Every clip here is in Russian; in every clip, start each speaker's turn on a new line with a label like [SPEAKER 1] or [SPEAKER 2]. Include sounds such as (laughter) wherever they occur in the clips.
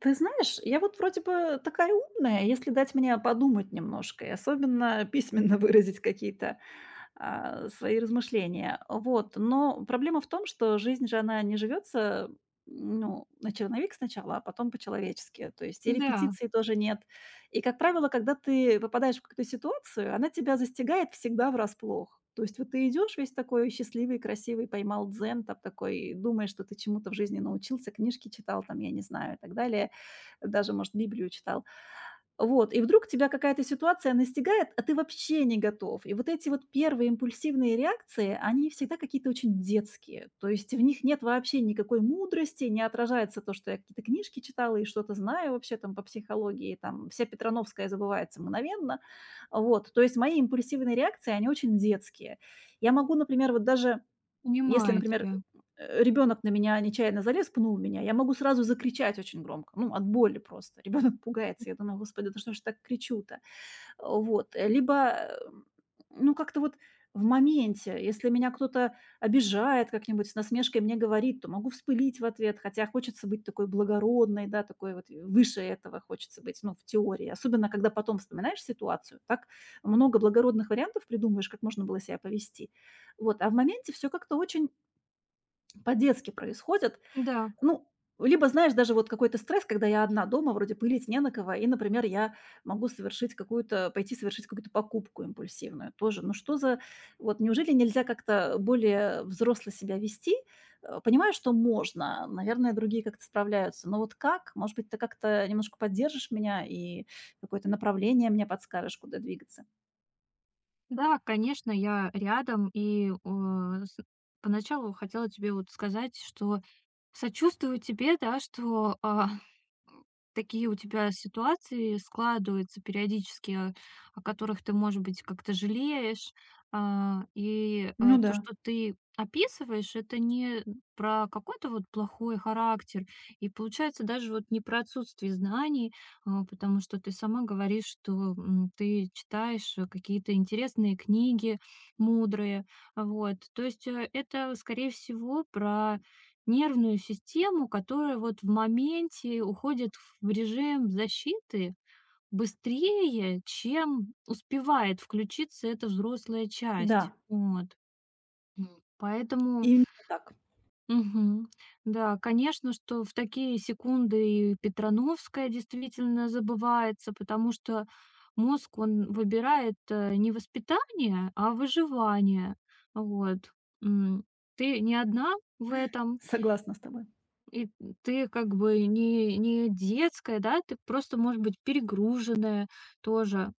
[SPEAKER 1] Ты знаешь, я вот вроде бы такая умная, если дать мне подумать немножко, и особенно (laughs) письменно выразить какие-то свои размышления. Вот. Но проблема в том, что жизнь же, она не живется ну, на черновик сначала, а потом по-человечески. То есть и
[SPEAKER 2] Да,
[SPEAKER 1] репетиции тоже нет. И, как правило, когда ты попадаешь в какую-то ситуацию, она тебя застигает всегда врасплох. То есть вот ты идешь весь такой счастливый, красивый, поймал дзен, там такой, думаешь, что ты чему-то в жизни научился, книжки читал, там, я не знаю, и так далее даже, может, Библию читал. Вот, и вдруг тебя какая-то ситуация настигает, а ты вообще не готов. И вот эти вот первые импульсивные реакции, они всегда какие-то очень детские. То есть в них нет вообще никакой мудрости, не отражается то, что я какие-то книжки читала и что-то знаю вообще там по психологии, там вся Петрановская забывается мгновенно. Вот, то есть мои импульсивные реакции, они очень детские. Я могу, например, вот даже если,
[SPEAKER 2] понимаю
[SPEAKER 1] например,
[SPEAKER 2] тебя.
[SPEAKER 1] ребёнок на меня нечаянно залез, пнул меня, я могу сразу закричать очень громко, ну, от боли просто. (laughs) Ребенок пугается. Я думаю: "Господи, да что ж я так кричу-то?" Вот. Либо, ну, как-то вот в моменте, если меня кто-то обижает как-нибудь, с насмешкой мне говорит, то могу вспылить в ответ, хотя хочется быть такой благородной, да, такой вот выше этого хочется быть, ну, в теории. Особенно когда потом вспоминаешь ситуацию, так много благородных вариантов придумаешь, как можно было себя повести. Вот, а в моменте все как-то очень по-детски происходят.
[SPEAKER 2] Да,
[SPEAKER 1] Ну, либо, знаешь, даже вот какой-то стресс, когда я одна дома, вроде пылить не на кого, и, например, я могу совершить какую-то, пойти совершить какую-то покупку импульсивную тоже. Ну что за, вот неужели нельзя как-то более взросло себя вести? Понимаю, что можно, наверное, другие как-то справляются, но вот как? Может быть, ты как-то немножко поддержишь меня и какое-то направление мне подскажешь, куда двигаться?
[SPEAKER 2] да, конечно, я рядом поначалу хотела тебе вот сказать, что сочувствую тебе, да, (laughs) такие у тебя ситуации складываются периодически, о которых ты, может быть, как-то жалеешь.
[SPEAKER 1] Ну
[SPEAKER 2] То,
[SPEAKER 1] да.
[SPEAKER 2] что ты описываешь, это не про какой-то вот плохой характер. И получается даже вот не про отсутствие знаний, потому что ты сама говоришь, что, ты читаешь, какие-то интересные книги, мудрые. Вот. То есть, это, скорее всего, про нервную систему, которая вот в моменте уходит в режим защиты быстрее, чем успевает включиться эта взрослая
[SPEAKER 1] Да,
[SPEAKER 2] часть. Вот. М. Поэтому,
[SPEAKER 1] именно так.
[SPEAKER 2] мгм, да, конечно, что в такие секунды и Петрановская действительно забывается, потому что мозг, он выбирает не воспитание, а выживание. Вот. М, Ты не одна в этом.
[SPEAKER 1] Согласна с тобой.
[SPEAKER 2] И ты как бы не детская, да, ты просто, может быть, перегруженная тоже.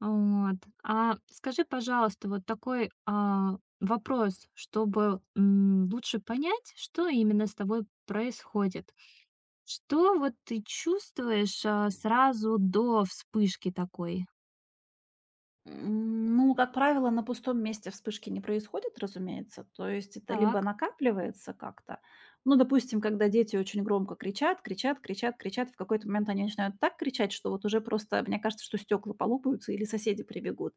[SPEAKER 2] Вот. А скажи, пожалуйста, вот такой, вопрос, чтобы, лучше понять, что именно с тобой происходит. Что вот ты чувствуешь, сразу до вспышки такой?
[SPEAKER 1] Ну, как правило, на пустом месте вспышки не происходят, разумеется. То есть это либо
[SPEAKER 2] Так,
[SPEAKER 1] накапливается как-то. Ну, допустим, когда дети очень громко кричат, кричат, кричат, кричат, в какой-то момент они начинают так кричать, что вот уже просто, мне кажется, что стекла полопаются или соседи прибегут.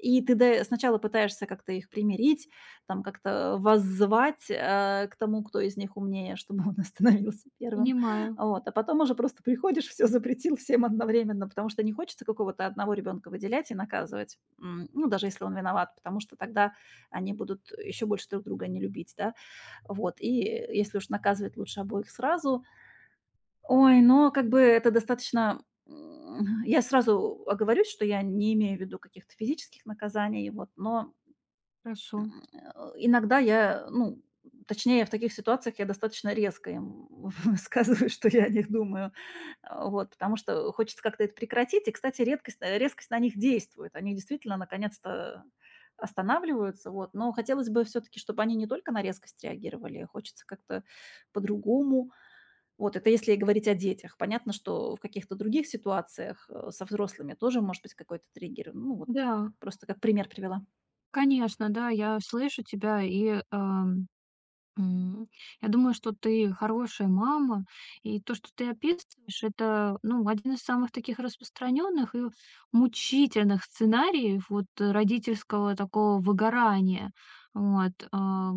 [SPEAKER 1] И ты сначала пытаешься как-то их примирить, там как-то воззвать к тому, кто из них умнее, (laughs) чтобы он остановился первым.
[SPEAKER 2] понимаю,
[SPEAKER 1] Вот, а потом уже просто приходишь, (laughs) все запретил всем одновременно, потому что не хочется какого-то одного ребенка выделять и наказывать, м, ну, даже если он виноват, потому что тогда они будут еще больше друг друга не любить, да. Вот, и если уж наказывать, лучше обоих сразу. Ой, но как бы это достаточно, м, я сразу оговорюсь, что я не имею в виду каких-то физических наказаний, вот, но,
[SPEAKER 2] хорошо.
[SPEAKER 1] м, иногда я, ну, точнее, в таких ситуациях я достаточно резко им (laughs) высказываю, что я о них думаю. А, вот, потому что хочется как-то это прекратить. И, кстати, резкость на них действует. Они действительно наконец-то останавливаются, вот. Но хотелось бы все таки чтобы они не только на резкость реагировали, хочется как-то по-другому. Вот это если говорить о детях. Понятно, что в каких-то других ситуациях, со взрослыми тоже может быть какой-то триггер. Ну вот,
[SPEAKER 2] Да,
[SPEAKER 1] просто как пример привела.
[SPEAKER 2] конечно, да, я слышу тебя М, я думаю, что ты хорошая мама, и то, что ты описываешь, это, ну, один из самых таких распространенных и мучительных сценариев вот родительского такого выгорания. Вот,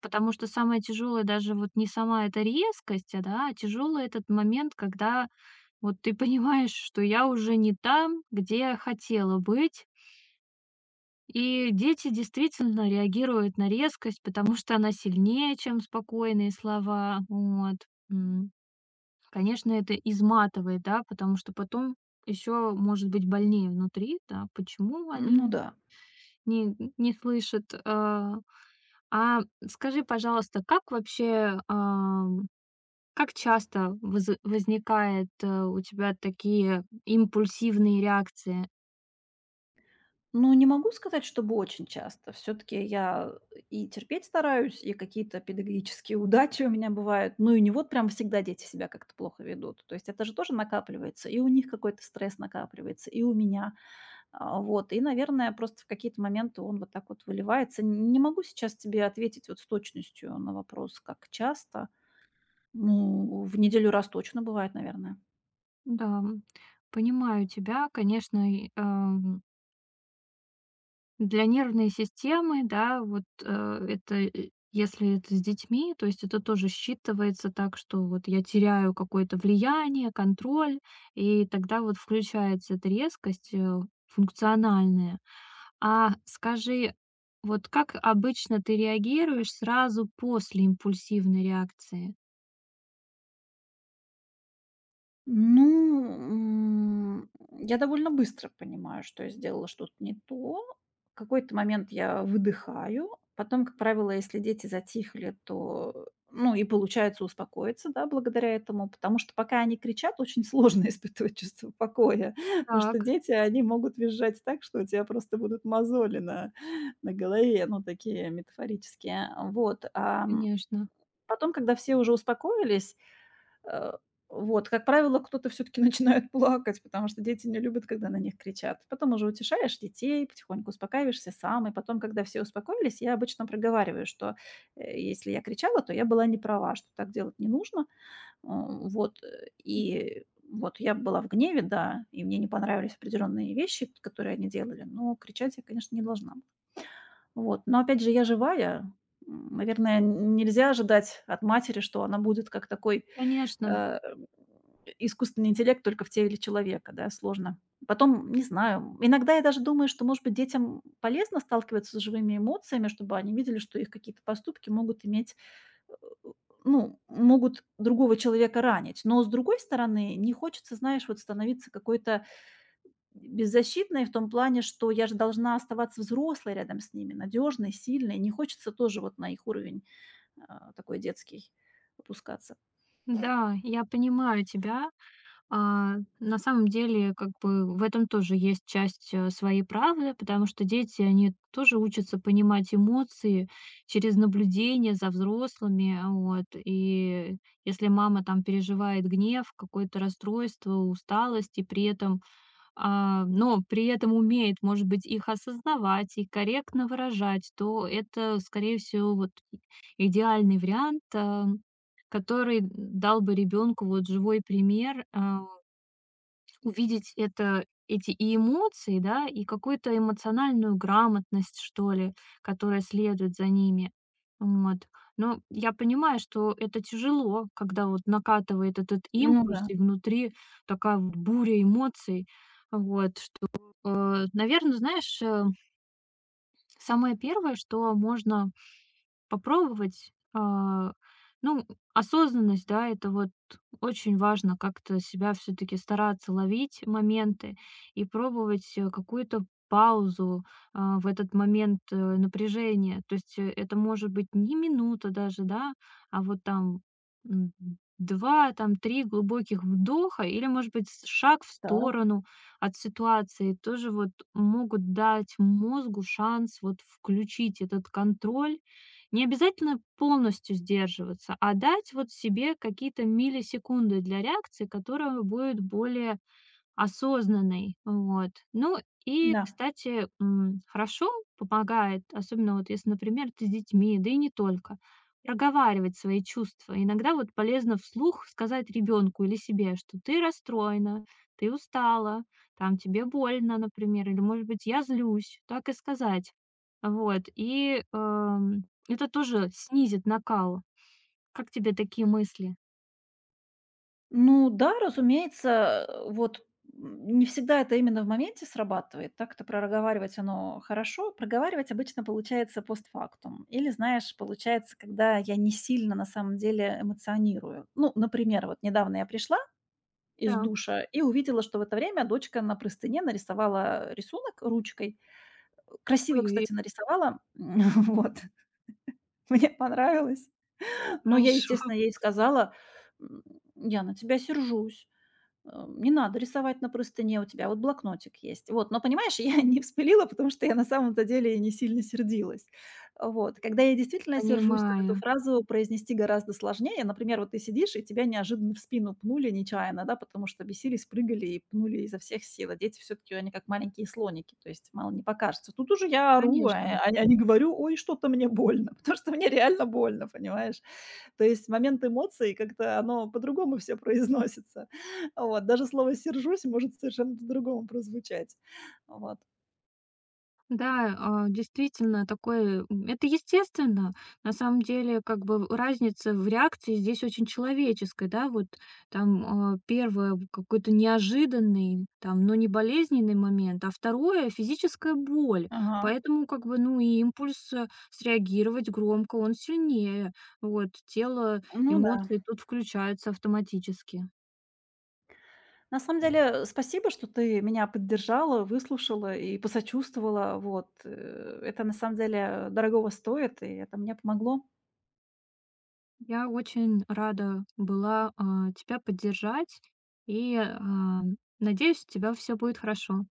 [SPEAKER 2] потому что самое тяжелое даже вот не сама эта резкость, а, да, а тяжелый этот момент, когда вот ты понимаешь, что я уже не там, где я хотела быть, и дети действительно реагируют на резкость, потому что она сильнее, чем спокойные слова. Вот. М. Конечно, это изматывает, да, потому что потом еще может быть больнее внутри, да, почему
[SPEAKER 1] Ну
[SPEAKER 2] они
[SPEAKER 1] да.
[SPEAKER 2] не слышат. А скажи, пожалуйста, как вообще, как часто возникает у тебя такие импульсивные реакции?
[SPEAKER 1] Ну, не могу сказать, чтобы очень часто. Все таки я и терпеть стараюсь, и какие-то педагогические (laughs) удачи у меня бывают. Ну, и не вот прям всегда дети себя как-то плохо ведут. То есть это же тоже накапливается. И у них какой-то стресс накапливается, и у меня. А, вот. И, наверное, просто в какие-то моменты он вот так вот выливается. Н Не могу сейчас тебе ответить вот с точностью на вопрос, как часто. Ну, в неделю раз точно бывает, наверное.
[SPEAKER 2] Да, понимаю тебя, конечно. Для нервной системы, да, вот, это, если это с детьми, то есть это тоже считывается так, что вот я теряю какое-то влияние, контроль, и тогда вот включается эта резкость, функциональная. А скажи, вот как обычно ты реагируешь сразу после импульсивной реакции?
[SPEAKER 1] Ну, я довольно быстро понимаю, что я сделала что-то не то. В какой-то момент я выдыхаю. Потом, как правило, если дети затихли, то, ну, и получается успокоиться, да, благодаря этому, потому что пока они кричат, очень сложно (laughs) испытывать чувство покоя, (laughs) потому что
[SPEAKER 2] Так,
[SPEAKER 1] дети, они могут визжать так, что у тебя просто будут мозоли на голове, ну, такие метафорические, вот.
[SPEAKER 2] конечно,
[SPEAKER 1] Потом, когда все уже успокоились, Э, вот, как правило, кто-то все таки (laughs) начинает плакать, потому что дети не любят, когда на них кричат. Потом уже утешаешь детей, потихоньку успокаиваешься сам. И потом, когда все успокоились, я обычно проговариваю, что, если я кричала, то я была не права, что так делать не нужно. Вот, и вот я была в гневе, да, и мне не понравились определенные вещи, которые они делали, но кричать я, конечно, не должна была. Вот, но опять же, я живая. М, наверное, нельзя ожидать от матери, что она будет как такой
[SPEAKER 2] конечно.
[SPEAKER 1] э, искусственный интеллект только в теле человека, да, сложно. Потом, не знаю, иногда я даже думаю, что, может быть, детям полезно сталкиваться с живыми эмоциями, чтобы они видели, что их какие-то поступки могут иметь, э, ну, могут другого человека ранить. Но, с другой стороны, не хочется, знаешь, вот становиться какой-то беззащитной в том плане, что я же должна оставаться взрослой рядом с ними, надежной, сильной. Не хочется тоже вот на их уровень, а, такой детский опускаться.
[SPEAKER 2] Да, я понимаю тебя. А, на самом деле, как бы в этом тоже есть часть своей правды, потому что дети, они тоже учатся понимать эмоции через наблюдение за взрослыми. Вот. И если мама там переживает гнев, какое-то расстройство, усталость, и при этом, а, но при этом умеет, может быть, их осознавать и корректно выражать, то это, скорее всего, вот идеальный вариант, который дал бы ребенку вот живой пример, увидеть это эти и эмоции, да, и какую-то эмоциональную грамотность, что ли, которая следует за ними. Вот. Но я понимаю, что это тяжело, когда вот накатывает этот
[SPEAKER 1] Ну
[SPEAKER 2] импульс,
[SPEAKER 1] да.
[SPEAKER 2] и внутри такая вот буря эмоций. Вот. Наверное, знаешь, самое первое, что можно попробовать, ну, осознанность, да, это вот очень важно как-то себя все-таки стараться ловить моменты и пробовать какую-то паузу в этот момент напряжения. То есть это может быть не минута даже, да, а вот там м, два, там три глубоких вдоха или, может быть, шаг в
[SPEAKER 1] Так.
[SPEAKER 2] сторону от ситуации тоже вот могут дать мозгу шанс вот включить этот контроль, не обязательно полностью сдерживаться, а дать вот себе какие-то миллисекунды для реакции, которая будет более осознанный. Вот. Ну и,
[SPEAKER 1] Да.
[SPEAKER 2] кстати, хорошо помогает, особенно вот если, например, ты с детьми, да и не только, проговаривать свои чувства. Иногда вот полезно вслух сказать ребенку или себе, что ты расстроена, ты устала, там тебе больно, например, или, может быть, я злюсь, так и сказать. Вот, и, это тоже снизит накал. Как тебе такие мысли?
[SPEAKER 1] Ну да, разумеется, вот, м, не всегда это именно в моменте срабатывает. Так-то проговаривать оно хорошо. Проговаривать обычно получается постфактум. Или, знаешь, получается, когда я не сильно на самом деле эмоционирую. Ну, например, вот недавно я пришла из
[SPEAKER 2] Да.
[SPEAKER 1] душа и увидела, что в это время дочка на простыне нарисовала рисунок ручкой. Красиво,
[SPEAKER 2] Ой-ой,
[SPEAKER 1] кстати, нарисовала. (laughs) вот. Мне понравилось. Но я,
[SPEAKER 2] хорошо.
[SPEAKER 1] естественно,
[SPEAKER 2] (laughs)
[SPEAKER 1] ей сказала: "М, я на тебя сержусь". Не надо рисовать на простыне, у тебя вот блокнотик есть. Вот, но понимаешь, (laughs) я не вспылила, потому что я на самом-то деле и не сильно сердилась. Вот. Когда я действительно сержусь, то эту
[SPEAKER 2] Понимаю,
[SPEAKER 1] фразу произнести гораздо сложнее. Например, вот ты сидишь, и тебя неожиданно в спину пнули нечаянно, да, потому что бесились, прыгали и пнули изо всех сил. А дети все-таки, они как маленькие слоники, то есть мало не покажется. Тут уже я ору, а
[SPEAKER 2] конечно.
[SPEAKER 1] а не а не говорю, ой, что-то мне больно, (laughs) потому что мне реально больно, понимаешь? То есть в момент эмоций как-то оно по-другому все произносится. Вот, даже слово "сержусь" может совершенно по-другому прозвучать. Вот.
[SPEAKER 2] Да, действительно, такое, это естественно. На самом деле, как бы разница в реакции здесь очень человеческая, да, вот там первое какой-то неожиданный, там, но не болезненный момент, а второе физическая боль.
[SPEAKER 1] Ага.
[SPEAKER 2] Поэтому, как бы, ну и импульс среагировать громко, он сильнее. Вот тело,
[SPEAKER 1] Ну да.
[SPEAKER 2] эмоции тут включаются автоматически.
[SPEAKER 1] На самом деле, спасибо, что ты меня поддержала, выслушала и посочувствовала. Вот, это на самом деле дорогого стоит, и это мне помогло.
[SPEAKER 2] Я очень рада была, тебя поддержать и, надеюсь, у тебя все будет хорошо.